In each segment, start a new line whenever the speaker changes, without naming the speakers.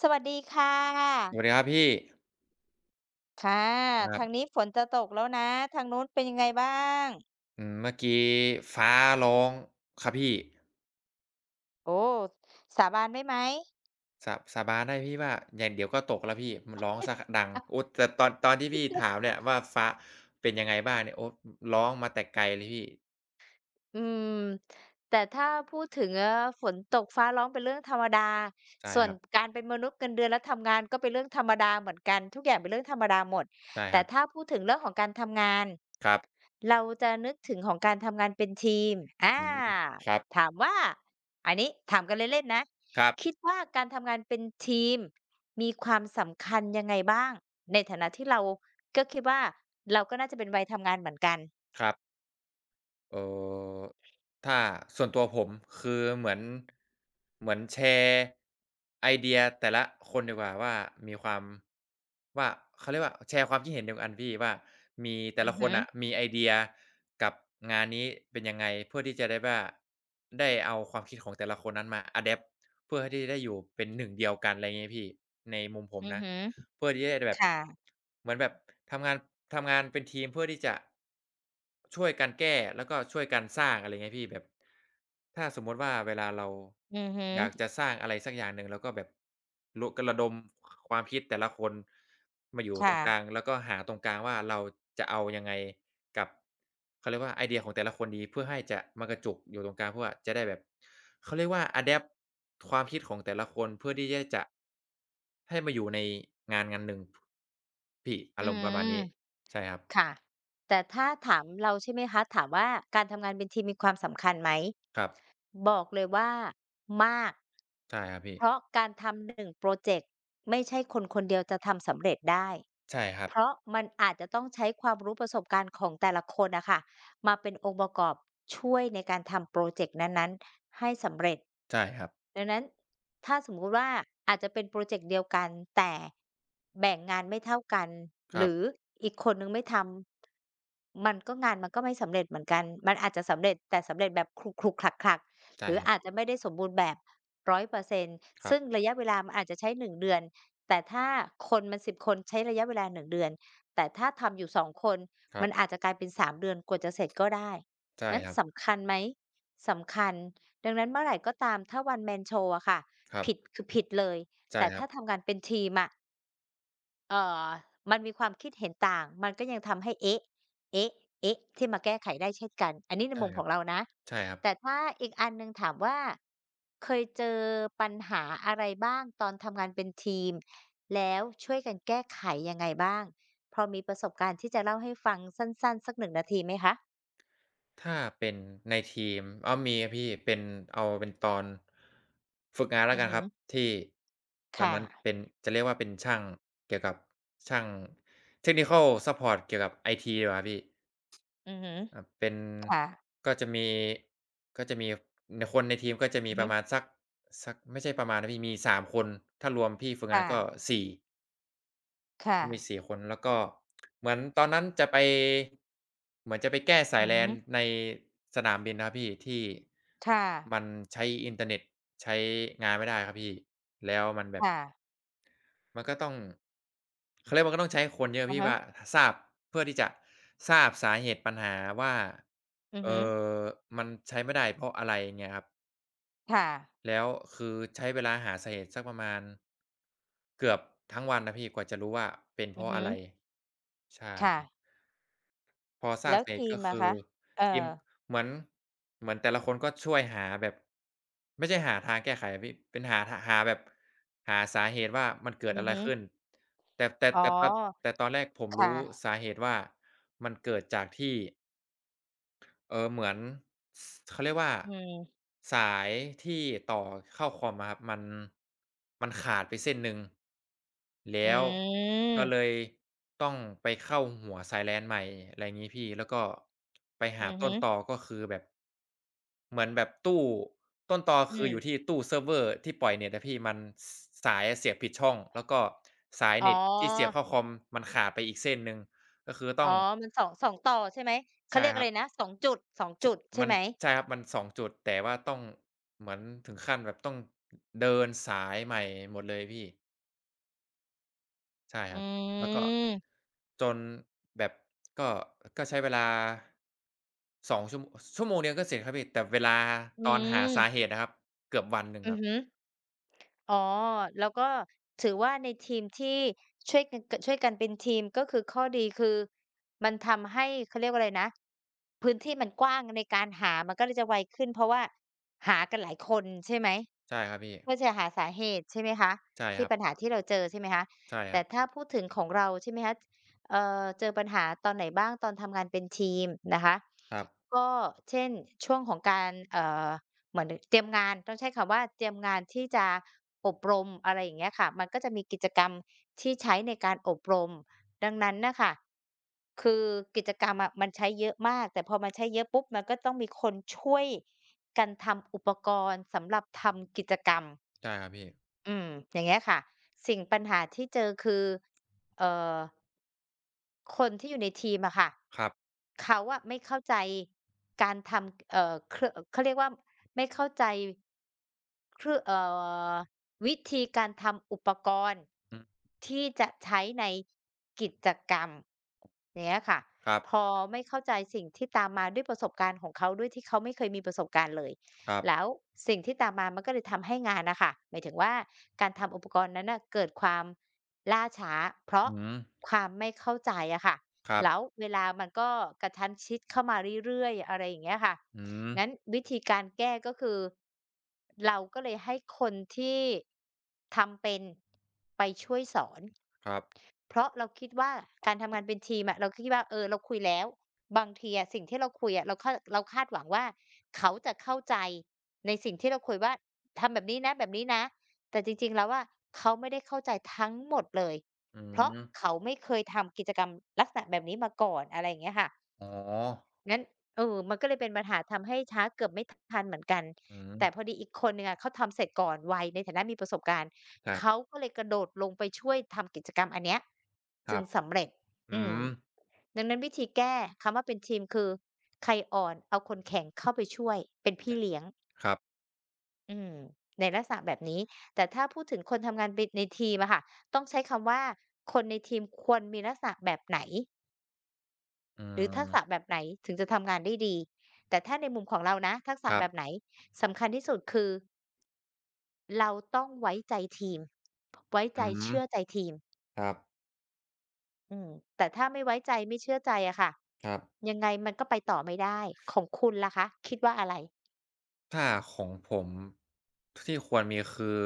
สวัสดีค่
ส
ะ
วัสดีครับพี่
ค่ะ
ครับ
ทางนี้ฝนจะตกแล้วนะ ทางนู้นเป็นยังไงบ้าง
เมื่อกี้ฟ้าร้องครับพี่
โอ้ สาบานได้ไหม
สาบานได้พี่ว่าอย่างเดี๋ยวก็ตกแล้วพี่มันร้องเสียขดังโอ้แต่ตอนที่พี่ถามเนี่ยว่าฟ้าเป็นยังไงบ้างเนี่ยโอ้ร้องมาแต่ไกลเลยพี่
อืมแต่ถ้าพูดถึงฝนตกฟ้าร้องเป็นเรื่องธรรมดา
ใช่
ส่ว
ค
น
รับ
การเป็นมนุษย์เงินเดือนและทำงานก็เป็นเรื่องธรรมดาเหมือนกันทุกอย่างเป็นเรื่องธรรมดาหมด
ใช่
แต่
ครับ
ถ้าพูดถึงเรื่องของการทำงาน
ครับ
เราจะนึกถึงของการทำงานเป็นทีมอา
อืมครับ
ถามว่าอันนี้ถามกันเล่นๆนะ
ครับ
คิดว่าการทำงานเป็นทีมมีความสำคัญยังไงบ้างในฐานะที่เราก็คิดว่าเราก็น่าจะเป็นวัยทำงานเหมือนกัน
ครับ เอ่อถ้าส่วนตัวผมคือเหมือนแชร์ไอเดียแต่ละคนดีกว่าว่ามีความว่าเขาเรียกว่าแชร์ความคิดเห็นเดียวกันพี่ว่ามีแต่
อื
ละ
อ
ค
ฮ
นน่ะ
อ
มีไอเดียกับงานนี้เป็นยังไงเพื่อที่จะได้ว่าได้เอาความคิดของแต่ละคนนั้นมาอะแดปต์เพื่อที่จะได้อยู่เป็นหนึ่งเดียวกันอะไรงี้พี่ในมุมผม
อือ
นะ
ฮ
เพื่อที่จะแบบ
ค่ะ
เหมือนแบบทำงานทำงานเป็นทีมเพื่อที่จะช่วยกันแก้แล้วก็ช่วยกันสร้างอะไรเงี้ยพี่แบบถ้าสมมุติว่าเวลาเรา
อือฮึ
อยากจะสร้างอะไรสักอย่างหนึ่งเราก็แบบรุกระดมคความคิดแต่ละคนมาอยู่ตร
ค่ะ
งกลางแล้วก็หาตรงกลางว่าเราจะเอายังไง กับเขาเรียกว่าไอเดียของแต่ละคนดีเพื่อให้จะมากระจุกอยู่ตรงกลางเพื่อจะได้แบบเขาเรียกว่าอะแดปต์ความคิดของแต่ละคนเพื่อที่จจะให้มาอยู่ในงานหนึ่งพี่อา
อื
รมณ์ประ
ม
มาณนี้ใช่ครับ
ค่ะ แต่ถ้าถามเราใช่ไหมคะถามว่าการทำงานเป็นทีมมีความสำคัญไหม
ครับ
บอกเลยว่ามาก
ใช่ครับพี่
เพราะการทำหนึงโพรเจกต์ไม่ใช่คนคนเดียวจะทำสำเร็จได้
ใช่ครับ
เพราะมันอาจจะต้องใช้ความรู้ประสบการณ์ของแต่ละคนน่ะค่ะมาเป็นองค์ประกอบช่วยในการทำโพรเจกต์นั้นๆให้สำเร็จ
ใช่ครับ
ดังนั้นถ้าสมมุติว่าอาจจะเป็นโพรเจกต์เดียวกันแต่แบ่งงานไม่เท่ากัน
ค
ห
รั
รือ
บ
อีกคนหนึ่งไม่ทำมันก็งานมันก็ไม่สำเร็จเหมือนกันมันอาจจะสำเร็จแต่สำเร็จแบบขลุกๆขลักๆ ห
ใช่
รือ
ครับ
อาจจะไม่ได้สมบูรณ์แบบ100%
ค
ซนต์
รับ
ซึ่งระยะเวลามันอาจจะใช้1เดือนแต่ถ้าคนมัน10คนใช้ระยะเวลา1เดือนแต่ถ้าทำอยู่2คน
ครั
มั
บ
นอาจจะกลายเป็น3เดือนกว่าจะเสร็จก็ได้
ใช่
งั้น
ครับ
สำคัญไหมสำคัญดังนั้นเมื่อไหร่ก็ตามถ้า One Man Show อะค่ะ
ครั
ผิด
บ
คือผิดเลย
ใช่
แต่
ครั
ถ้า
บ
ทำงานเป็นทีมอะ เอ่อมันมีความคิดเห็นต่าง มันก็ยังทำให้เอ๊ะเอ๊ะเอ๊ะที่มาแก้ไขได้เช่นกัน อันนี้ใน
ใช่
มุม
ค
ข
รั
อ
บ
งเรานะ
ใช่ครับ
แต่ถ้าอีกอันหนึ่งถามว่าเคยเจอปัญหาอะไรบ้างตอนทำงานเป็นทีม แล้วช่วยกันแก้ไขยังไงบ้างพอมีประสบการณ์ที่จะเล่าให้ฟังสั้นๆสัก1นงนาทีไหมคะ
ถ้าเป็นในทีมอ้าวมีครับพี่เป็นเอาเป็นตอนฝึกงานแล้
อื
ว
อ
กัน
ฮึ
ครับที่ตอน
ค่ะ
นั้นเป็นจะเรียกว่าเป็นช่างเกี่ยวกับช่าง Technical Support เกี่ยวกับไอทีดีกว่าพี่
อือฮึ
เป็น
ค่ะ
ก็จะมีก็จะมีในคนในทีมก็จะ
อื
มี
อ
ป
ฮึ
ระมาณสักไม่ใช่ประมาณนะพี่มีสามคนถ้ารวมพี่ฝึกงาน
ค่ะ
ก็4
ค่ะ
มันมีสี่คนแล้วก็เหมือนตอนนั้นจะไปเหมือนจะไปแก้สา
อื
ย
อ
LAN
ฮึ
ในสนามบินนะครับพี่ที่
ค่ะ
มันใช้อินเทอร์เน็ตใช้งานไม่ได้ครับพี่แล้วมันแบบ
ค่ะ
มันก็ต้องเขาเรียกว่าก็ต้องใช้คนเยอะ
อะ
พี่
ฮะ
ว่าทราบเพื่อที่จะทราบสาเหตุปัญหาว่า
อือ
เอ่
ฮึ
อมันใช้ไม่ได้เพราะอะไรเงี้ยครับ
ค่ะ
แล้วคือใช้เวลาหาสาเหตุสักประมาณเกือบทั้งวันนะพี่กว่าจะรู้ว่าเป็นเพ
อือ
ราะ
ฮึ
อะไรใ
ค่ะ
ช่ พอทรา
แล้
บ
ว
เหตุ
ทีม
ก็
อะ
คือ
คะ เอ
ทีม
อ
เหมือนเหมือนแต่ละคนก็ช่วยหาแบบไม่ใช่หาทางแก้ไขอะพี่เป็นหาแบบหาสาเหตุว่ามันเกิด
อือ
อะไร
ฮึ
ขึ้นแต่แต่
อ๋อ
แต่ตอนแต่ตอนแรกผม
ค่ะ
รู้สาเหตุว่ามันเกิดจากที่ เออเหมือนสเขาเรียกว่า
อืม
สายที่ต่อเข้าคอมอะครับมันขาดไปเส้นหนึ่ง
อื
แล้วก็เล
ม
ยต้องไปเข้าหัวสาย LAN ใหม่อะไรงี้พี่แล้วก็ไป
อื
หา
อฮึ
ต้นตอก็คือแบบเหมือนแบบตู้ต้นตอ
อื
คืออยู่ที่
ม
ตู้เซิร์ฟเวอร์ที่ปล่อยเน็ตอะพี่มันสสายอะเสียบผิดช่องแล้วก็สาย
อ๋อ
เน็ตที่เสียบเข้าคอมมันขาดไปอีกเส้นหนึ่งก็คือ
อ๋
ต้อ
อ
ง
มันสองต่อใช่ไหมเขา
ใช่
เรียก
ค
อะ
รั
ไร
บ
นะ สองจุดสองจุดใช่
มัน
ไหม
ใช่ครับมันสองจุดแต่ว่าต้องเหมือนถึงขั้นแบบต้องเดินสายใหม่หมดเลยพี่ใช่ค
อื
รับแล้วก็
ม
จนแบบก็ก็ใช้เวลา2ชั่วโมงเดียวก็เสร็จครับพี่แต่เวลา
อื
ตอนหา
ม
สาเหตุนะครับเกือบวันหนึ่ง
อื
ค
อ
รับ
ฮึ อ๋อแล้วก็ถือว่าในทีมที่ช่วยกันช่วยกันเป็นทีมก็คือข้อดีคือมันทำให้เขาเรียกว่าอะไรนะพื้นที่มันกว้างในการหามันก็เลยจะไวขึ้นเพราะว่าหากันหลายคนใช่ไหม
ใช่ครับพี่
เพื่อจะหาสาเหตุใช่ไหมคะ
ใช่ค
ที่
รับ
ปัญหาที่เราเจอใช่ไหมคะ
ใช่ค
แต่
รับ
ถ้าพูดถึงของเราใช่ไหมคะเจอปัญหาตอนไหนบ้างตอนทำงานเป็นทีมนะคะ
ครับ
ก็เช่นช่วงของการเหมือนเตรียมงานต้องใช้คำว่าเตรียมงานที่จะอบรมอะไรอย่างเงี้ยค่ะมันก็จะมีกิจกรรมที่ใช้ในการอบรมดังนั้นน่ะค่ะคือกิจกรรมอะมันใช้เยอะมากแต่พอมันใช้เยอะปุ๊บมันก็ต้องมีคนช่วยกันทำอุปกรณ์สำหรับทำกิจกรรม
ใช่ครับพี่
อืมอย่างเงี้ยค่ะสิ่งปัญหาที่เจอคือเอ่อ คนที่อยู่ในทีมอะค่ะ
ครับ
เขาอะไม่เข้าใจการทำเอ่อเครือเขาเรียกว่าไม่เข้าใจเครือเอ่อวิธีการทำอุปกรณ์
อืม
ที่จะใช้ในกิจกรรมอย่างเงี้ยค่ะ
ครับ
พอไม่เข้าใจสิ่งที่ตามมาด้วยประสบการณ์ของเขาด้วยที่เขาไม่เคยมีประสบการณ์เลย
ครับ
แล้วสิ่งที่ตามมามันก็เลยทำให้งานน่ะค่ะหมายถึงว่าการทำอุปกรณ์นั้นน่ะเกิดความล่าช้าเพราะ
อืม
ความไม่เข้าใจอะค่ะ
ครับ
แล้วเวลามันก็กระชั้นชิดเข้ามาเรื่อยๆอะไรอย่างเงี้ยค่ะ
อืม
งั้นวิธีการแก้ก็คือเราก็เลยให้คนที่ทำเป็นไปช่วยสอน
ครับ
เพราะเราคิดว่าการทำงานเป็นทีมอะเราคิดว่าเออเราคุยแล้วบางทีอะสิ่งที่เราคุยอะเราคาดเราคาดหวังว่าเขาจะเข้าใจในสิ่งที่เราคุยว่าทำแบบนี้นะแบบนี้นะแต่จริงๆแล้วอะเขาไม่ได้เข้าใจทั้งหมดเลย
อื
เพราะ
ม
เขาไม่เคยทำกิจกรรมลักษณะแบบนี้มาก่อนอะไรอย่างเงี้ยค่ะ
อ๋อ
งั้นมันก็เลยเป็นปัญหาทำให้ช้าเกือบไม่ทันเหมือนกัน
อืม
แต่พอดีอีกคนหนึ่งอะเขาทำเสร็จก่อนวัยในฐานะมีประสบการณ์
ครับ
เขาก็เลยกระโดดลงไปช่วยทำกิจกรรมอันเนี้ย
ค
จึ
รั
ง
บ
สำเร็จ
อื
อืม
ม
ดังนั้นวิธีแก้คำว่าเป็นทีมคือใครอ่อนเอาคนแข็งเข้าไปช่วยเป็นพี่เลี้ยง
ครับ
อืมในลักษณะแบบนี้แต่ถ้าพูดถึงคนทำงานเป็นในทีมอะค่ะต้องใช้คำว่าคนในทีมควรมีลักษณะแบบไหน
อื
หรือทัก
ม
ษะแบบไหนถึงจะทำงานได้ดีแต่ถ้าในมุมของเรานะทักษะ
ครั
แบ
บ
บไหนสำคัญที่สุดคือเราต้องไว้ใจทีมไว้ใจ
อืม
เชื่อใจทีม
ครับ
อืมแต่ถ้าไม่ไว้ใจไม่เชื่อใจอะค่ะ
ครับ
ยังไงมันก็ไปต่อไม่ได้ของคุณล่ะคะคิดว่าอะไร
ถ้าของผมที่ควรมีคือ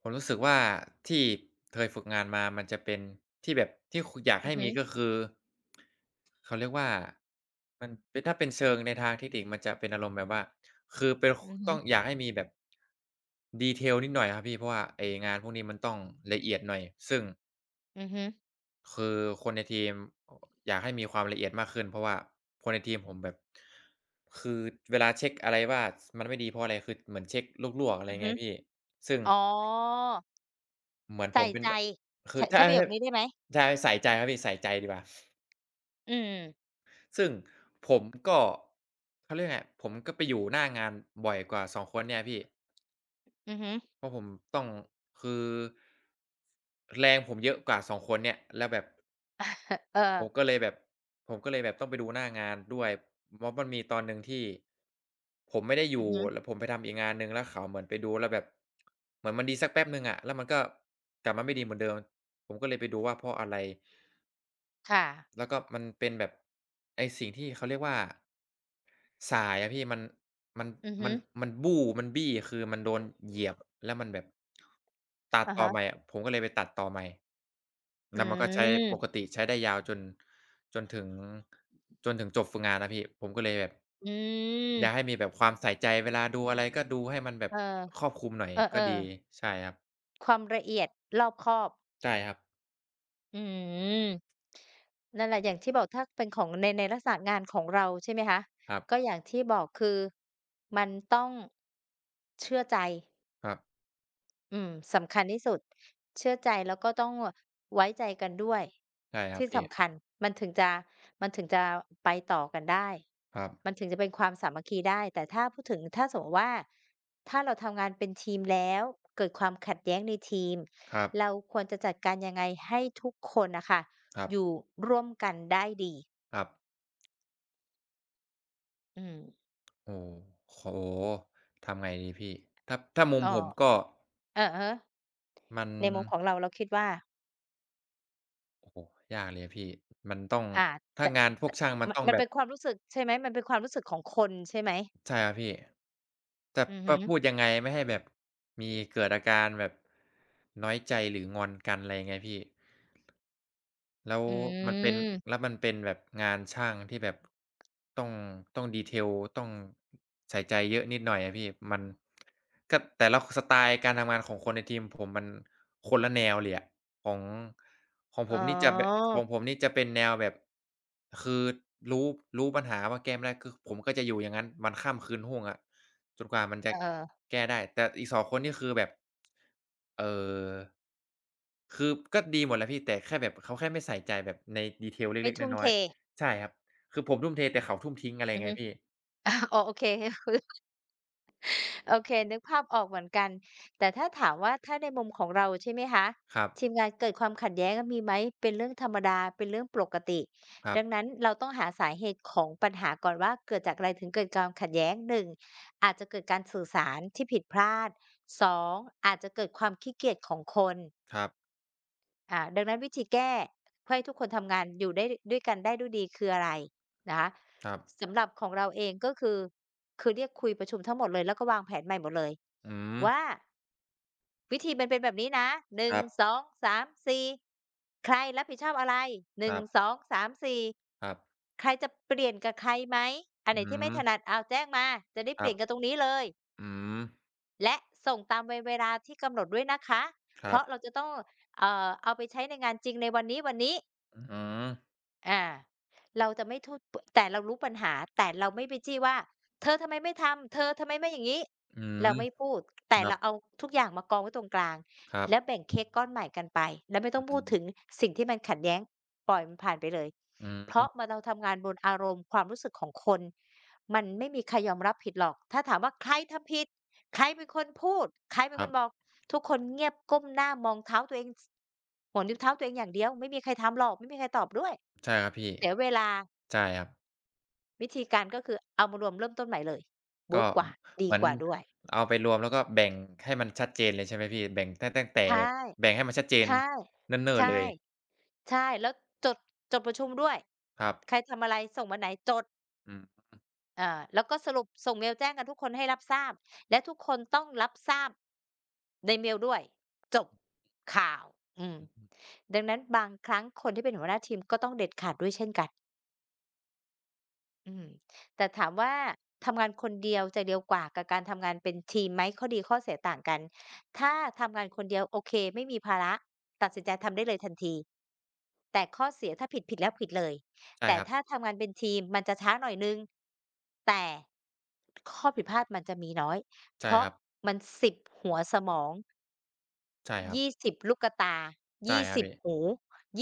ผมรู้สึกว่าที่เคยฝึกงานมามันจะเป็นที่แบบที่คณอยาก
อือ
ให้
ฮึ
มีก็คือเขาเรียกว่ามันเป็นถ้าเป็นเชิงในทางเทคนิคมันจะเป็นอารมณ์แบบว่าคือเป็น
อือฮึ
ต้องอยากให้มีแบบด e เท i l นิดหน่อยครับพี่เพราะว่าไอ้งานพวกนี้มันต้องละเอียดหน่อยซึ่ง
อือฮึ
คือคนในทีมอยากให้มีความละเอียดมากขึ้นเพราะว่าคนในทีมผมแบบคือเวลาเช็กอะไรว่าสมันไม่ดีเพราะอะไรคือเหมือนเช็กลวกๆอะไร
อือฮึ
เงี้ยพี่ซึ่ง
อ๋อ
เหมือนผ
ใส่
มเป็น
ใจ
แบบคื
ใช้
อ
ใช้ประโยคนี้ได้ไหม
ใช่ใส่ใจครับพี่ใส่ใจดีกว่า
อืม
ซึ่งผมก็เขาเรียกไงผมก็ไปอยู่หน้างานบ่อยกว่า2คนเนี่ยพี่
อือฮึ
เพราะผมต้องคือแรงผมเยอะกว่า2คนเนี่ยแล้วแบบ
เออ
ผมก็เลยแบบผมก็เลยแบบต้องไปดูหน้างานด้วยม็อบมันมีตอนหนึ่งที่ผมไม่ได้อ
อือ
ยู่
ฮึ
แล้วผมไปทำอีกงานหนึ่งแล้วเขาเหมือนไปดูแล้วแบบเหมือนมันดีสักแป๊บหนึ่งอะแล้วมันก็กลับมาไม่ดีเหมือนเดิมผมก็เลยไปดูว่าเพราะอะไร
ค่ะ
แล้วก็มันเป็นแบบไอ้สิ่งที่เขาเรียกว่า สายอะพี่มัน
อือ
มั
ฮึ
นมันบู้มันบี้คือมันโดนเหยียบแล้วมันแบบตัด
อะ
ต่อ
ฮะ
ใหม่อะผมก็เลยไปตัดต่อใหม่
อื
แล้วมันก็ใช้ปก
ม
ติใช้ได้ยาวจนถึงจนถึงจบฝึกงานนะพี่ผมก็เลยแบบ
อื
อยากให้
ม
มีแบบความใส่ใจเวลาดูอะไรก็ดูให้มันแบบ
เออ
ครอบคลุมหน่อย
เออเอ
ก็
อ
ดีใช่ครับ
ความละเอียดรอบคอบ
ใช่ครับ
อืมนั่นแหละอย่างที่บอกถ้าเป็นของในในลักษณะงานของเราใช่ไหมคะ
ครับ
ก็อย่างที่บอกคือมันต้องเชื่อใจ
ครับ
อืมสำคัญที่สุดเชื่อใจแล้วก็ต้องไว้ใจกันด้วย
ใช่ครับ
ที่
พี่
สำคัญมันถึงจะมันถึงจะไปต่อกันได้
ครับ
มันถึงจะเป็นความสามัคคีได้แต่ถ้าพูดถึงถ้าสมมุติว่าถ้าเราทำงานเป็นทีมแล้วเกิดความขัดแย้งในทีม
ครับ
เราควรจะจัดการยังไงให้ทุกคนน่ะค่ะ
ครั
อยู่
บ
ร่วมกันได้ดี
ครับ
อืม
โอ้โฮโอ้โฮทำไงดีพี่ถ้ามุม
อ้
ผม
อ
ก็
อะฮะ
มัน
ในมุมของเราเราคิดว่า
โอ้โฮยากเลยอะพี่มันต้อง
อ่า
ถ้า
แต่
งานพว
แต่
กช่างมัน
มัน
ต้อง
มัน
แบ
เป็
บ
นความรู้สึกใช่ไหมมันเป็นความรู้สึกของคนใช่ไหม
ใช่ครับพี่จะ
อือฮึ
จะพูดยังไงไม่ให้แบบมีเกิดอาการแบบน้อยใจหรืองอนกันอะไรอย่างเงี้ยพี่ แล้ว
อื
มันเป็นแล้
ม
วมันเป็นแบบงานช่างที่แบบต้องต้อง detail ต้องใส่ใจเยอะนิดหน่อยอะพี่มันก็แต่ละสไตล์การทำงานของคนในทีมผมมันคนละแนวเลยอะของของผ
อ๋อ
มนี่จะแบบของผมนี่จะเป็นแนวแบบคือรู้รู้ปัญหาว่าแก้ไม่ได้คือผมก็จะอยู่อย่างงั้นวันค่ำคืนห้วงอะ จนกว่ามัน
เ
จะ
ออ
แก้ได้แต่อีกสองคนนี่คือแบบเอ่อคือก็ดีหมดแหละพี่แต่แค่แบบเขาแค่ไม่ใส่ใจแบบใน detail
ไม่
เล็กๆ
ทุ่ม
น้
เท
อยๆใช่ครับคือผมทุ่มเทแต่เขาทุ่มทิ้งอะไร
อือ
ไง
ฮึ
พี่
อ๋อโอเค โอเคนึกภาพออกเหมือนกัน แต่ถ้าถามว่า ถ้าในมุมของเราใช่ไหมคะ
ครับ
ทีมงานเกิดความขัดแย้งอะมีไหมเป็นเรื่องธรรมดาเป็นเรื่องปกติ
ครั
ดัง
บ
นั้นเราต้องหาสาเหตุของปัญหาก่อนว่าเกิดจากอะไรถึงเกิดความขัดแย้งหนึ่งอาจจะเกิดการสื่อสารที่ผิดพลาดสองอาจจะเกิดความขี้เกียจของคน
ครับ
อ่าดังนั้นวิธีแก้เพื่อให้ทุกคนทำงานอยู่ได้ด้วยกันได้ด้วยดีคืออะไรนะคะ
ครับ
สำหรับของเราเองก็คือคือเรียกคุยประชุมทั้งหมดเลยแล้วก็วางแผนใหม่หมดเลย
อืม
ว่าวิธีมันเป็นแบบนี้นะ
ค
1
รับ
2 3 4ใครรับผิดชอบอะไร
ค
1
รับ
2 3 4
ครับ
ใครจะเปลี่ยนกับใครไหมอัน
อื
ไหนที่ไม่
ม
ถนัดเอาแจ้งมาจะได้
ค
เป
รั
ลี่ย
บ
นกันตรงนี้เลย
อืม
และส่งตามเวลาที่กำหนดด้วยนะคะ
ค
เพ
รับ
ราะเราจะต้องเอาไปใช้ในงานจริงในวันนี้วันนี้
อืม
อาเราจะไม่โทษแต่เรารู้ปัญหาแต่เราไม่ไปจี้ว่าเธอทำไมไม่ทำเธอทำไมไม่อย่างงี้
อื
เรา
ม
ไม่พูด
ค
แต่
รับ
เราเอาทุกอย่างมากองไว้ตรงกลาง
ครับ
แล้วแบ่งเค้กก้อนใหม่กันไปแล้วไม่ต้
อื
อง
อฮ
พูด
ึ
ถึงสิ่งที่มันขัดแย้งปล่อยมันผ่านไปเลย
อื
เพราะมัน
ม
เราทำงานบนอารมณ์ความรู้สึกของคนมันไม่มีใครยอมรับผิดหรอกถ้าถามว่าใครทำผิดใครเป็นคนพูดใครเป็น
ค
ค
รั
นบอก
บ
ทุกคนเงียบก้มหน้ามองเท้าตัวเองสหัวนิ้วเท้าตัวเองอย่างเดียวไม่มีใครทำหรอกไม่มีใครตอบด้วย
ใช่ครับพี่
เสียเวลา
ใช่ครับ
วิธีการก็คือเอามารวมเริ่มต้นใหม่เลยเวิร์
ก็
กกว่าดี
เหมือน
กว่าด้วย
เอาไปรวมแล้วก็แบ่งให้มันชัดเจนเลยใช่ไหมพี่แบ่งตั้งแต่
ใช่
แบ่งให้มันชัดเจน
ใช่
เนิ่นๆเล
ใช่
ย
ใช่แล้วจดจดประชุมด้วย
ครับ
ใครทำอะไรส่งวันไหนจด
อืม
อ่าแล้วก็สรุปส่งเมลแจ้งกันทุกคนให้รับทราบและทุกคนต้องรับทราบในเมลด้วยจบข่าวอืมดังนั้นบางครั้งคนที่เป็นหัวหน้าทีมก็ต้องเด็ดขาดด้วยเช่นกัน อืมแต่ถามว่าทำงานคนเดียวจะเร็วกว่ากับการทำงานเป็นทีมไหมข้อดีข้อเสียต่างกันถ้าทำงานคนเดียวโอเคไม่มีภาระตัดสินใจทำได้เลยทันทีแต่ข้อเสียถ้าผิดผิดแล้วผิดเลย
ใช่
แต่
ครับ
ถ้าทำงานเป็นทีมมันจะช้าหน่อยหนึ่งแต่ข้อผิดพลาดมันจะมีน้อยเพ
ใช่
ราะ
ครับ
มัน10หัวสมอง
ใช่ครับ
20ลูกตา
ใช่ครับ
20
พี่
หู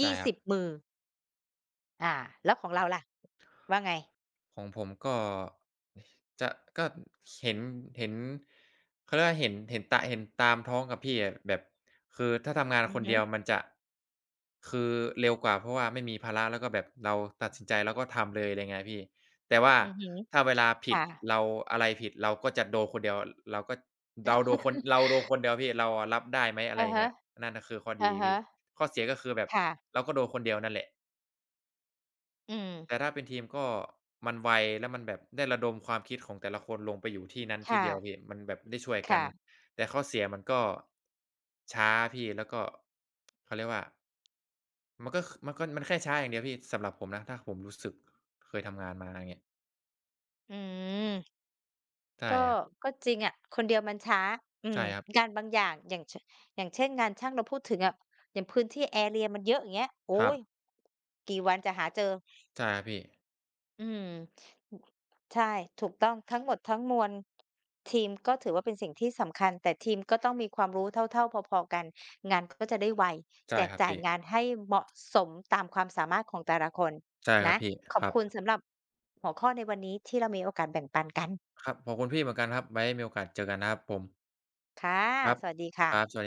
ใช่
ี่
ครับ
สิบมืออาแล้วของเราล่ะว่าไง
ของผมก็จะก็เห็นเห็นเขาเรียกว่าเห็นเห็นตะเห็นตามท้องกับพี่อะแบบคือถ้าทำงาน
อื
ค
อ
น
ฮึ
เดียวมันจะคือเร็วกว่าเพราะว่าไม่มีภาระแล้วก็แบบเราตัดสินใจแล้วก็ทำเลยอะไรเงี้ยพี่แต่ว่า
อือฮึ
ถ้าเวลาผิด
ค่ะ
เราอะไรผิดเราก็จะโดนคนเดียวเราก็เราโดนคนเดียวพี่เราอะรับได้ไหมอะไร
อะ
อย่าง
ฮะ
เงี้ยนั่นน่ะคือข้อ
อะ
ดี
ฮะ
พี่ข้อเสียก็คือแบบ
ค่ะ
เราก็โดนคนเดียวนั่นแหละ
อืม
แต่ถ้าเป็นทีมก็มันไวแล้วมันแบบได้ระดมความคิดของแต่ละคนลงไปอยู่ที่นั้นที่
ค่ะ
เดียวพี่มันแบบได้ช่วยกัน
ค่ะ
แต่ข้อเสียมันก็ช้าพี่แล้วก็เขาเรียกว่ามันก็มันแค่ช้าอย่างเดียวพี่สำหรับผมนะถ้าผมรู้สึกเคยทำงานมาอย่างเงี้ย
อืม
ใช่
ก็
ครับ
ก็จริงอะคนเดียวมันช้าอืม
ใช่ครับ
งานบางอย่าง อย่างชอย่างเช่นงานช่างเราพูดถึงอะอย่างพื้นที่แอเรียมันเยอะอย่างเงี้ย
ค
โอ๊
รับ
ยกี่วันจะหาเจอ
ใช่ครับพี่
อืมใช่ถูกต้องทั้งหมดทั้งมวลทีมก็ถือว่าเป็นสิ่งที่สำคัญแต่ทีมก็ต้องมีความรู้เท่าๆพอๆกันงานก็จะได้ไวแจ
ใช่
ก
ครับ
จ่าย
พี่
งานให้เหมาะสมตามความสามารถของแต่ละคน
ใช่ครั
นะ
บพี่
ขอ
ค
บ
รับ
คุณสำหรับหัวข้อในวันนี้ที่เรามีโอกาสแบ่งปันกัน
ครับขอบคุณพี่เหมือนกันครับไว้มีโอกาสเจอกันนะครับผม
ค่ะ
ครั
สวัส
บ
ดีค่ะ